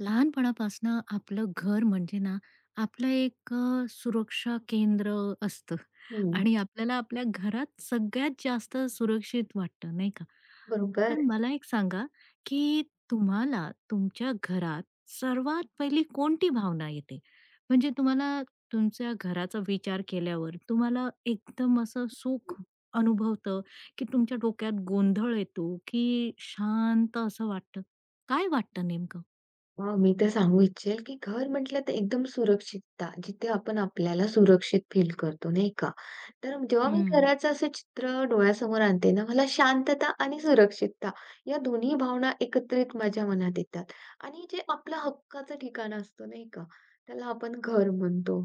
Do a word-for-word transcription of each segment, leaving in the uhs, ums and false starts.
लहानपणापासनं आपलं घर म्हणजे ना आपलं एक अ, सुरक्षा केंद्र असतं हं, आणि आपल्याला आपल्या घरात सगळ्यात जास्त सुरक्षित वाटतं नाही का? बरोबर. तर मला एक सांगा, की तुम्हाला तुमच्या घरात सर्वात पहिली कोणती भावना येते? म्हणजे तुम्हाला तुमच्या घराचा विचार केल्यावर तुम्हाला एकदम असं सुख हं. अनुभवतं, की तुमच्या डोक्यात गोंधळ येतो, की शांत असं वाटतं? काय वाटतं नेमकं? हां, मी तर सांगू इच्छेल, की घर म्हटलं तर एकदम सुरक्षितता, जिथे आपण आपल्याला सुरक्षित फील करतो, नाही का? तर जेव्हा मी हं. घराचं असं चित्र डोळ्यासमोर आणते ना, मला शांतता आणि सुरक्षितता या दोन्ही भावना एकत्रित माझ्या मनात येतात. आणि जे आपलं हक्काचं ठिकाण असतं, नाही का? त्याला आपण घर म्हणतो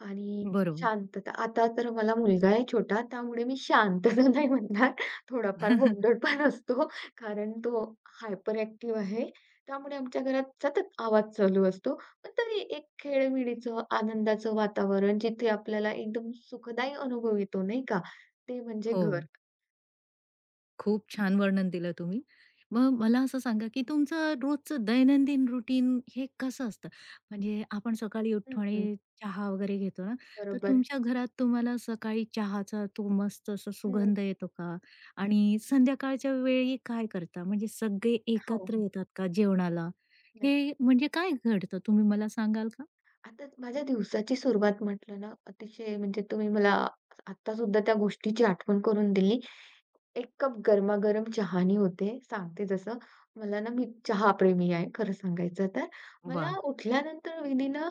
आणि बरोबर. शांतता. आता तर मला मुलगा आहे छोटा, त्यामुळे मी शांतता नाही म्हणणार. थोडाफार गोंधळ पण असतो, कारण तो हायपर ॲक्टिव्ह आहे. त्यामुळे आमच्या घरात सतत आवाज चालू असतो. पण तरी एक खेळमिळीचं, आनंदाचं वातावरण जिथे आपल्याला एकदम सुखदायी अनुभव येतो नाही का? ते म्हणजे हो. घर. खूप छान वर्णन दिलं तुम्ही. मग मला असं सांगा, की तुमचं रोजचं दैनंदिन रुटीन हे कसं असतं? म्हणजे आपण सकाळी हं, उठतो हं. आणि चहा वगैरे घेतो ना, तर बरोबर. तुमच्या घरात तुम्हाला सकाळी चहाचा तो मस्त असा हं. सुगंध येतो का? आणि संध्याकाळच्या वेळी काय करता? म्हणजे सगळे हो, एकत्र हो. येतात का जेवणाला? नक्की. हे म्हणजे काय घडतं तुम्ही मला सांगाल का? आता माझ्या दिवसाची सुरुवात म्हटलं ना, अतिशय म्हणजे तुम्ही मला आत्तासुद्धा त्या गोष्टीची आठवण करून दिली. एक कप गरमागरम चहानी होते. सांगते जसं, मला ना मी चहा प्रेमी आहे खरं सांगायचं तर. मला वाह! उठल्यानंतर विदिन अ,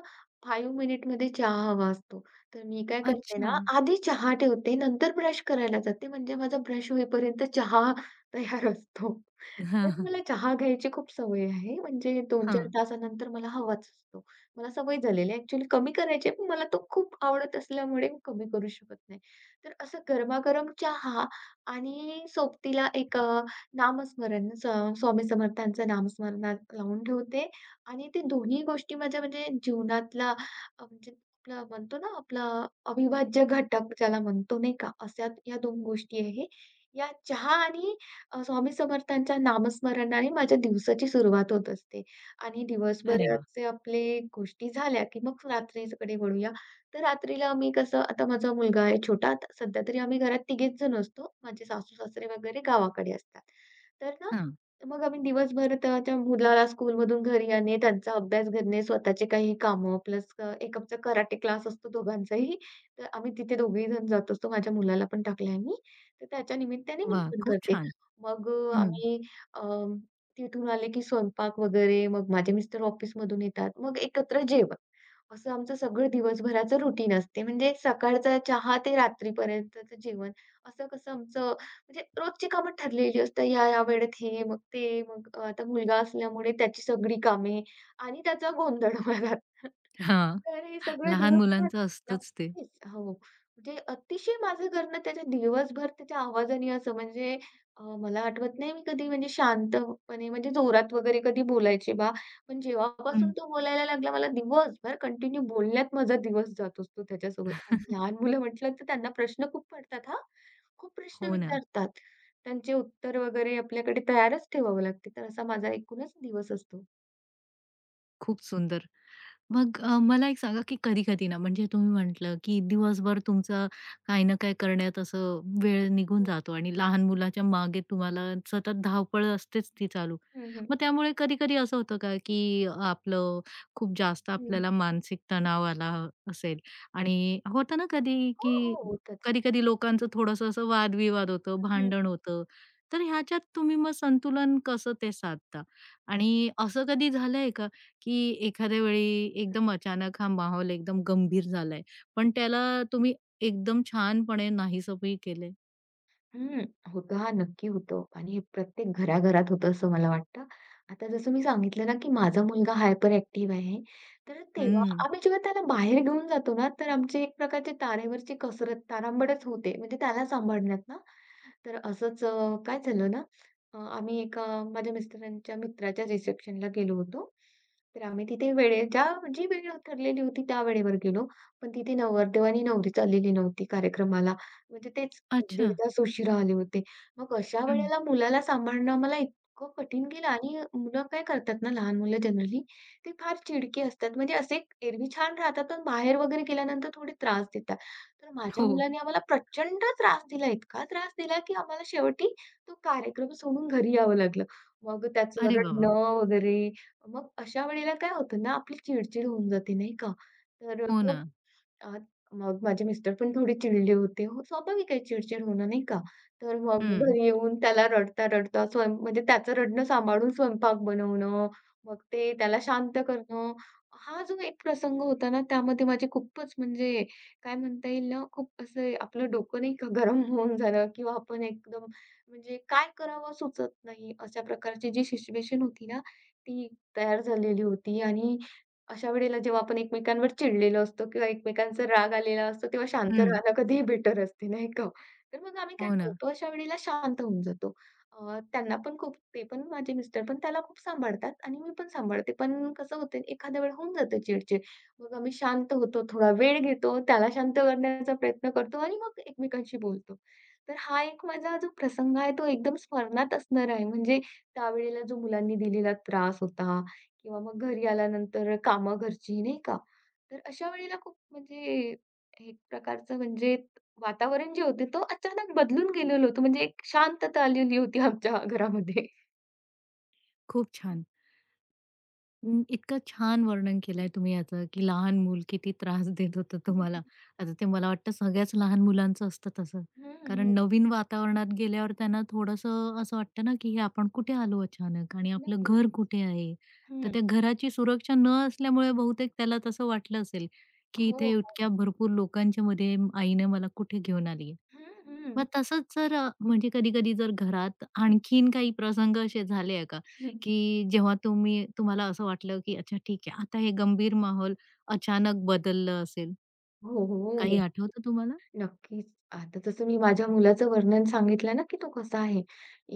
पाच मिनिटमध्ये चहा हवा असतो. तर मी काय करते अच्छा. ना, आधी चहा ठेवते, नंतर ब्रश करायला जाते. म्हणजे माझा ब्रश होईपर्यंत चहा तयार असतो. हां, तर हां. मला चहा घ्यायची खूप सवय आहे. म्हणजे दोन ते चार हां. तासानंतर मला हवाच असतो. मला सवय झालेली आहे. ॲक्चुअली कमी करायची आहे, पण मला तो खूप आवडत असल्यामुळे मी कमी करू शकत नाही. तर असं गरमागरम चहा आणि सोबतीला एक अ, नामस्मरण स स्वामी समर्थांचं नामस्मरणात लावून ठेवते आणि ते दोन्ही गोष्टी माझ्या म्हणजे जीवनातला अ, म्हणजे आपलं म्हणतो ना, आपला अविभाज्य घटक ज्याला म्हणतो नाही का, अशा या दोन गोष्टी आहे. या चहा आणि अ, स्वामी समर्थांच्या नामस्मरणाने माझ्या दिवसाची सुरुवात होत असते आणि अरे वाह! दिवसभराचे आपले गोष्टी झाल्या, की मग रात्रीकडे वळूया. तर रात्रीला आम्ही कसं आता माझा मुलगा आहे छोटा, आता सध्या तरी आम्ही घरात तिघेच जण असतो. माझे सासू-सासरे वगैरे गावाकडे असतात. तर ना, हां. मग आम्ही दिवसभर त्या त्या मुलाला स्कूलमधून घरी आणणे, त्यांचा अभ्यास करणे, स्वतःचे काही कामं प्लस एक आमचा कराटे क्लास असतो दोघांचाही. तर आम्ही तिथे दोघेही जण जात असतो. माझ्या मुलाला पण टाकलंय मी. तर त्याच्या निमित्ताने मी वाह! पण खूप करते. छान. मग अ, हं. आम्ही अ, तिथून आले की स्वयंपाक वगैरे, मग माझे मिस्टर ऑफिसमधून येतात. मग एकत्र जेवण. असं आमचं सगळं दिवसभराचं रुटीन असते. म्हणजे सकाळचा चहा ते रात्रीपर्यंतचं जेवण. असं कसं आमचं म्हणजे रोजची कामं ठरलेली असतात. या-या वेळेत हे, मग ते, मग अ, आता मुलगा असल्यामुळे त्याची सगळी कामे आणि त्याचा गोंधळ घरात. हां, तर हे सगळं लहान दिवसभर मुलांचं असतंच ते. नक्कीच. हो. म्हणजे अतिशय माझं घरनं त्याच्या दिवसभर त्याच्या आवाजाने असं म्हणजे अ, मला आठवत नाही मी कधी म्हणजे शांतपणे म्हणजे जोरात वगैरे कधी बोलायचे बा. पण जेव्हापासून हं. तो बोलायला लागला, मला दिवसभर कंटिन्यू बोलण्यात माझा दिवस जात असतो त्याच्यासोबत. आणि लहान मुलं म्हटलं तर त्यांना प्रश्न खूप पडतात हां. खूप प्रश्न हो ना. विचारतात. त्यांचे उत्तर वगैरे आपल्याकडे तयारच ठेवावं लागते. तर असा माझा एकूणच दिवस असतो. खूप सुंदर. मग अ, मला एक सांगा, की कधी-कधी ना म्हणजे तुम्ही म्हटलं, की दिवसभर तुमचा काही ना काय करण्यात असं वेळ निघून जातो आणि हं, हं. लहान मुलाच्या मागे तुम्हाला सतत धावपळ असतेच ती चालू. हं, हं. मग त्यामुळे कधी-कधी असं होतं का, की आपलं खूप जास्त हं. आपल्याला मानसिक तणाव आला असेल आणि होतं ना कधी, हो, की हो. होतच. कधी-कधी लोकांचं थोडंसं असं वादविवाद होतं, भांडण होतं. तर ह्याच्यात तुम्ही मग संतुलन कसं ते साधता? आणि असं कधी झालंय का, की एखाद्या वेळी एकदम अचानक हा माहोल एकदम गंभीर झालाय, पण त्याला तुम्ही एकदम छानपणे नाहीसंही केलंय? हं. होतं हां, नक्की होतं आणि हे प्रत्येक घराघरात होतं असं मला वाटतं. आता जसं मी सांगितलं ना, की माझा मुलगा हायपर ॲक्टिव्ह आहे. तर तेव्हा हं. आम्ही जेव्हा त्याला बाहेर घेऊन जातो ना, तर आमची एक प्रकारची तारेवरची कसरत, तारांबळच होते म्हणजे त्याला सांभाळण्यात ना. तर असंच अ, काय झालं ना, अ, आम्ही एका माझ्या मिस्टरांच्या मित्राच्या रिसेप्शनला गेलो होतो. तर आम्ही तिथे वेळेच्या जी वेळ ठरलेली होती त्या वेळेवर गेलो. पण तिथे नवरदेव आणि नवरीच आलेली नव्हती कार्यक्रमाला. म्हणजे तेच एक ते दीड अच्छा. तास उशिरा आले होते. मग अशा हं. वेळेला मुलाला सांभाळणं मला इतकं कठीण गेलं आणि मुलं काय करतात ना, लहान मुलं जनरली ते फार चिडकी असतात. म्हणजे असे एरवी छान राहतात, पण बाहेर वगैरे गेल्यानंतर थोडे त्रास देतात. तर माझ्या हो. मुलाने आम्हाला प्रचंड त्रास दिला. इतका त्रास दिला, की आम्हाला शेवटी तो कार्यक्रम सोडून घरी यावं लागलं. मग त्याचं अरे वाह! वाह! रडणं वगैरे. मग अशा वेळेला काय होतं ना, आपली चिड होऊन जाते नाही का? तर हो मग ना. अ, मग माझे मिस्टर पण थोडे चिडले होते. हो, स्वाभाविक आहे चिडचिड होणं, नाही का? तर मग हं. घरी येऊन त्याला रडता-रडता स्वयं म्हणजे त्याचं रडणं सांभाळून स्वयंपाक बनवणं, मग ते त्याला शांत करणं. हा जो एक प्रसंग होता ना, त्यामध्ये माझे खूपच म्हणजे काय म्हणता येईल ना, खूप असं आपलं डोकं नाही का गरम होऊन झालं किंवा आपण एकदम म्हणजे काय करावं सुचत नाही, अशा प्रकारची जी सिच्युएशन होती ना, ती तयार झालेली होती आणि अशा वेळेला जेव्हा आपण एकमेकांवर चिडलेलो असतो किंवा एकमेकांचा राग आलेला असतो, तेव्हा शांत हं. राहणं कधीही बेटर असते, नाही का? तर मग आम्ही काय हो ना. करतो, अशा वेळेला शांत होऊन जातो. अ, त्यांना पण खूप ते पण माझे मिस्टर पण त्याला खूप सांभाळतात आणि मी पण सांभाळते. पण कसं होतं एखाद्या वेळेला होऊन जातं चिड मग आम्ही शांत होतो, थोडा वेळ घेतो, त्याला शांत करण्याचा प्रयत्न करतो आणि मग एकमेकांशी बोलतो. तर हा एक माझा जो प्रसंग आहे, तो एकदम स्मरणात असणार आहे. म्हणजे त्यावेळेला जो मुलांनी दिलेला त्रास होता किंवा मग घरी आल्यानंतर कामं घरची, नाही का? तर अशा वेळेला खूप म्हणजे एक प्रकारचं म्हणजे वातावरण जे होते तो अचानक बदलून गेलेलं होतं. म्हणजे एक शांतता आलेली होती आमच्या घरामध्ये. खूप छान. अं, इतकं छान वर्णन केलंय तुम्ही याचं, की लहान मूल किती त्रास देत होतं तुम्हाला. आता ते मला वाटतं सगळ्याच लहान मुलांचं असतं तसं. हं, कारण हं. नवीन वातावरणात गेल्यावर त्यांना थोडंसं असं वाटतं ना, की हे आपण कुठे आलो अचानक आणि आपलं नक्की, घर नक्कीच. कुठे आहे? तर हं. त्या घराची सुरक्षा न असल्यामुळे बहुतेक त्याला तसं वाटलं असेल, की हो, इथे हो. इतक्या भरपूर लोकांच्या मध्ये आईने मला कुठे घेऊन आली. हं, मग हं. तसंच जर अ, म्हणजे कधी-कधी जर घरात आणखीन काही प्रसंग असे झाले आहे का? की जेव्हा तुम्ही तुम्हाला असं वाटलं, की अच्छा ठीक आहे, आता हे गंभीर माहोल अचानक बदललं असेल, हो, काही हो. आठवतं तुम्हाला? नक्कीच. आता जसं मी माझ्या मुलाचं वर्णन सांगितलं ना, की तो कसा आहे.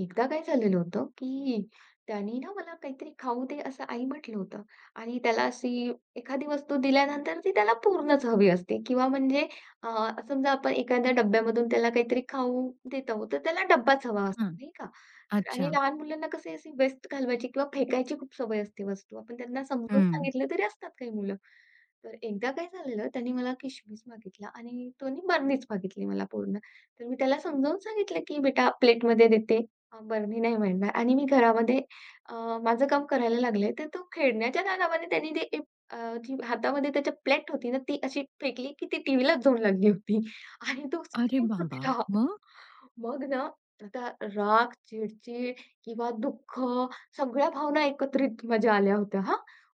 एकदा काय झालेलं होतं, की त्याने ना मला काहीतरी खाऊ दे असं आई म्हटलं होतं आणि त्याला अशी एखादी वस्तू दिल्यानंतर ती त्याला पूर्णच हवी असते किंवा म्हणजे अ, समजा आपण एखाद्या डब्यामधून त्याला काहीतरी खाऊ देत आहोत, तर त्याला डब्बाच हवा असतो, हां. नाही का? आणि अच्छा. लहान मुलांना कसं अशी वेस्ट घालवायची किंवा फेकायची खूप सवय असते वस्तू. आपण त्यांना समजून हं. सांगितलं तरी असतात काही मुलं. तर एकदा काय झालेलं, त्याने मला किशमिस मागितला आणि त्याने बरनीच मागितली मला पूर्ण. तर मी त्याला समजावून सांगितलं, की "बेटा प्लेटमध्ये देते, अ, बरणी नाही मिळणार" आणि मी घरामध्ये अ, माझं काम करायला लागले. तर तो खेळण्याच्या नादामध्ये त्याने ते एक अ, जी हातामध्ये त्याच्या प्लेट होती ना, ती अशी फेकली, की ती टीव्हीलाच जाऊन लागली होती आणि तो अरे स्क्रीन बाबा! फुटला. मग? मग ना, आता राग, चिड-चिड किंवा दुःख सगळ्या भावना एकत्रित माझ्या आल्या होत्या हां.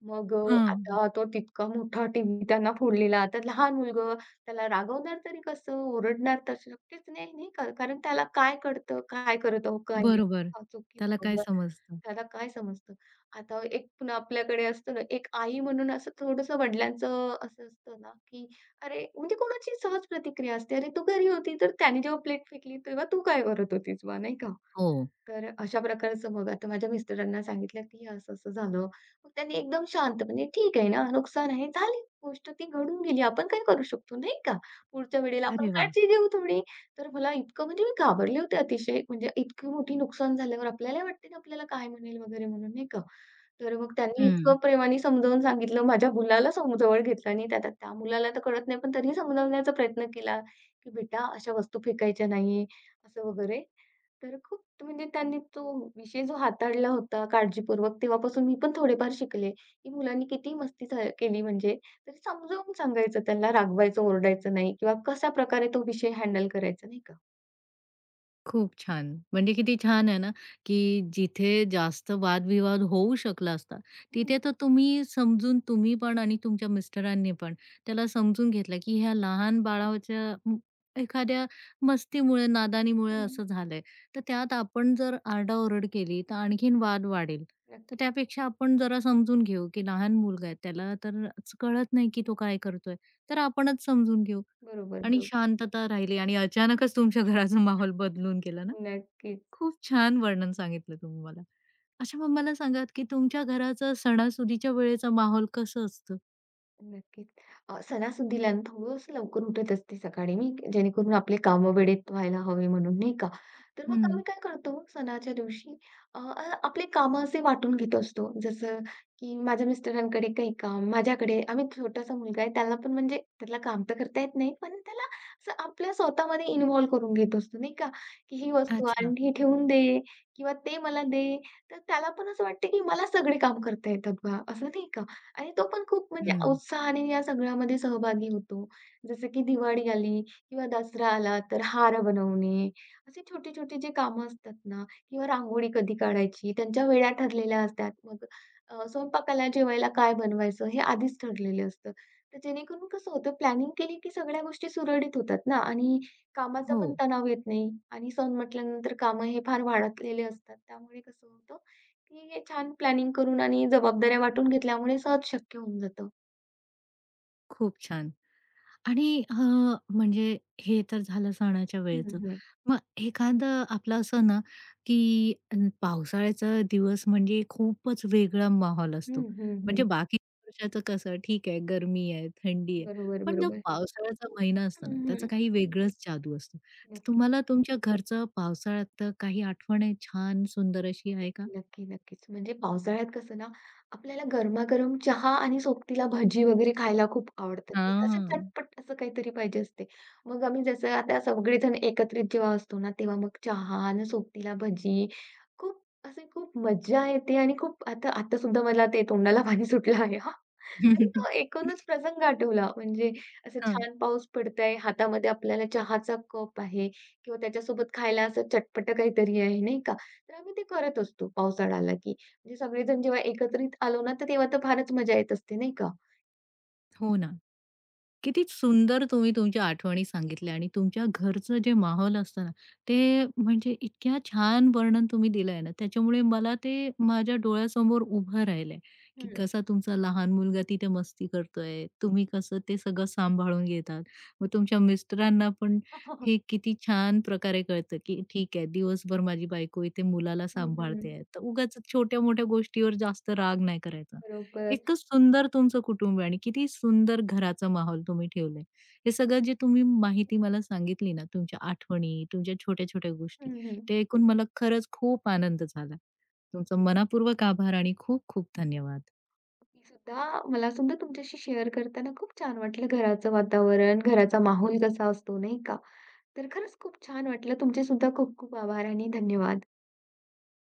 मग अ, हां. आता तो तितका मोठा टीव्ही त्यांना फोडलेला. आता लहान मुलगं त्याला रागवणार तरी कसं? ओरडणार तर शक्यच नाही, नाही का? कारण त्याला काय कळतं? काय करत आहो? काय नाही? बरोबर. का चूक त्याला काय बरोबर? समजतं? त्याला काय समजतं? आता एक पुन्हा आपल्याकडे असतं ना, एक आई म्हणून असं थोडंसं वडिलांचं असं असतं ना, की अरे, म्हणजे कोणाची सहज प्रतिक्रिया असते. "अरे, तू घरी होती, तर त्याने जेव्हा प्लेट फेकली, तेव्हा तू काय करत होतीस बा?" नाही का? हो. तर अशा प्रकारचं मग आता माझ्या मिस्टरांना सांगितलं, की असं-असं झालं. मग त्यांनी एकदम शांतपणे, "ठीक आहे ना, नुकसान आहे, झाली गोष्ट ती घडून गेली. आपण काय करू शकतो, नाही का? पुढच्या वेळेला आपण अरे वाह! काळजी घेऊ थोडी." तर मला इतकं म्हणजे मी घाबरले होते अतिशय. म्हणजे इतकी मोठी नुकसान झाल्यावर आपल्याला वाटते ना, आपल्याला काय म्हणेल वगैरे म्हणून, नाही का? तर मग त्यांनी हं. इतकं प्रेमाने समजावून सांगितलं. माझ्या मुलाला सम जवळ घेतलं आणि त्या त्या त्या मुलाला तर कळत नाही, पण तरीही समजावण्याचा प्रयत्न केला, की "बेटा, अशा वस्तू फेकायच्या नाही." असं वगैरे. तर खूप म्हणजे त्यांनी तो विषय जो हाताळला होता काळजीपूर्वक, तेव्हापासून मी पण थोडेफार शिकले, की मुलांनी किती मस्ती झा केली म्हणजे तरी समजावून सांगायचं त्यांना, रागवायचं, ओरडायचं नाही किंवा कशा प्रकारे तो विषय हँडल करायचा नाही का? खूप छान. म्हणजे किती छान आहे ना, की जिथे जास्त वादविवाद होऊ शकला असता, हं, तिथे तर तुम्ही समजून तुम्ही पण आणि तुमच्या मिस्टरांनी पण त्याला समजून घेतलं, की ह्या लहान बाळाच्या अं, एखाद्या मस्तीमुळे, नादानीमुळे हं. असं झालंय. तर त्यात आपण जर आरडाओरड केली, तर आणखीन वाद वाढेल. तर नक्की. त्यापेक्षा आपण जरा समजून घेऊ, की लहान मुलगा आहे, त्याला तर कळत नाही, की तो काय करतोय. तर आपणच समजून घेऊ. बरोबर, आणि बरोबर. शांतता राहिली आणि अचानकच तुमच्या घराचा माहोल बदलून गेला ना? नक्कीच. खूप छान वर्णन सांगितलं तुम्ही मला. अच्छा मग मला सांगा की तुमच्या घराचा सणासुदीच्या वेळेचा माहोल कसं असतं? नक्कीच. अ, सणासुदीला ना थोडंसं लवकर उठत असते सकाळी मी, जेणेकरून आपले कामं वेळेत व्हायला हवे म्हणून, नाही का? तर मग हं. आम्ही काय करतो सणाच्या दिवशी अ, अ, आपले कामं असे वाटून घेत असतो. जसं की माझ्या मिस्टरांकडे काही काम, माझ्याकडे आम्ही छोटासा मुलगा आहे त्याला पण म्हणजे त्याला काम तर करता येत नाही, पण त्याला असं आपल्या स्वतःमध्ये इन्व्हॉल्व करून घेत असतो, नाही का? की ही वस्तू आण, अच्छा. ही ठेवून दे किंवा ते मला दे. तर त्याला पण असं वाटतं की मला सगळे काम करता येतात बा, असं नाही का? आणि तो पण खूप म्हणजे हं. उत्साहाने या सगळ्यामध्ये सहभागी होतो. जसं की दिवाळी आली किंवा दसरा आला तर हार बनवणे, असे छोटे-छोटे जे कामं असतात ना किंवा रांगोळी कधी काढायची, त्यांच्या वेळा ठरलेल्या असतात. मग अ, स्वयंपाकाला, जेवायला काय बनवायचं हे आधीच ठरलेलं असतं. तर जेणेकरून कसं होतं प्लॅनिंग केली की सगळ्या गोष्टी सुरळीत होतात ना आणि कामाचा हो. पण तणाव येत नाही आणि सण म्हटल्यानंतर कामं हे फार वाढतलेले असतात. त्यामुळे कसं होतं ठीक आहे. छान प्लॅनिंग करून आणि जबाबदाऱ्या वाटून घेतल्यामुळे सहज शक्य होऊन जातं. खूप छान. आणि अ, म्हणजे हे तर झालं सणाच्या हं, वेळेचं. हं. मग एखादं आपलं असं ना, की अ, पावसाळ्याचा दिवस म्हणजे खूपच वेगळा माहोल असतो. हं, हं, म्हणजे हं. बाकी वर्षाचं कसं ठीक आहे, गरमी आहे, थंडी आहे. बरोबर, पण जो बरोबर. पावसाळ्याचा महिना असतो हं, ना, त्याचा हं. काही वेगळंच जादू असतो. तर नक्की. तुम्हाला तुमच्या घरचं पावसाळ्यात काही आठवण आहे छान सुंदर अशी आहे का? नक्की, नक्की, नक्कीच. म्हणजे पावसाळ्यात कसं ना, आपल्याला गरमागरम चहा आणि सोबतीला भजी वगैरे खायला खूप आवडतात, नाही का. असं हां. चटपट असं काहीतरी पाहिजे असते. मग आम्ही जसं आता सगळेजण एकत्रित जेव्हा असतो ना, तेव्हा मग चहा आणि सोबतीला भजी खूप असे खूप मज्जा येते आणि खूप आता आता सुद्धा मला ते तोंडाला पाणी सुटलं आहे हां. म्हणजे तो एकूणच प्रसंग आठवला. म्हणजे असं हां. छान पाऊस पडतंय, हातामध्ये आपल्याला चहाचा कप आहे किंवा त्याच्यासोबत खायला असं चटपटं काहीतरी आहे, नाही का. तर आम्ही ते करत असतो पावसाळा आला की. म्हणजे सगळेजण जेव्हा एकत्रित आलो ना, तर तेव्हा तर फारच मजा येत असते नाही का? हो ना. किती सुंदर तुम्ही तुमच्या आठवणी सांगितल्या आणि तुमच्या घरचं जे माहोल असतं ना, ते म्हणजे इतक्या छान वर्णन तुम्ही दिलंय ना, त्याच्यामुळे मला ते माझ्या डोळ्यासमोर उभं राहिलंय, की हं. कसा तुमचा लहान मुलगा तिथे मस्ती करतोय, तुम्ही कसं ते सगळं सांभाळून घेतात. मग तुमच्या मिस्टरांना पण हे किती छान प्रकारे कळतं, की ठीक आहे दिवसभर माझी बायको इथे मुलाला हं, हं. सांभाळते आहे, तर उगाच छोट्या-मोठ्या गोष्टीवर जास्त राग नाही करायचा. बरोबर. इतकं सुंदर तुमचं कुटुंब आहे आणि किती सुंदर घराचा माहोल तुम्ही ठेवलाय. हे सगळं जे तुम्ही माहिती मला सांगितली ना, तुमच्या आठवणी, तुमच्या छोट्या-छोट्या गोष्टी, हं, हं. ते ऐकून मला खरंच खूप आनंद झाला. तुमचा मनःपूर्वक आभार आणि खूप खूप धन्यवाद. ती सुद्धा मला सुद्धा तुमच्याशी शेअर करताना खूप छान वाटलं. घराचं वातावरण, घराचा माहोल कसा असतो नाही का? तर खरंच खूप छान वाटलं. तुमचे सुद्धा खूप खूप आभार आणि धन्यवाद.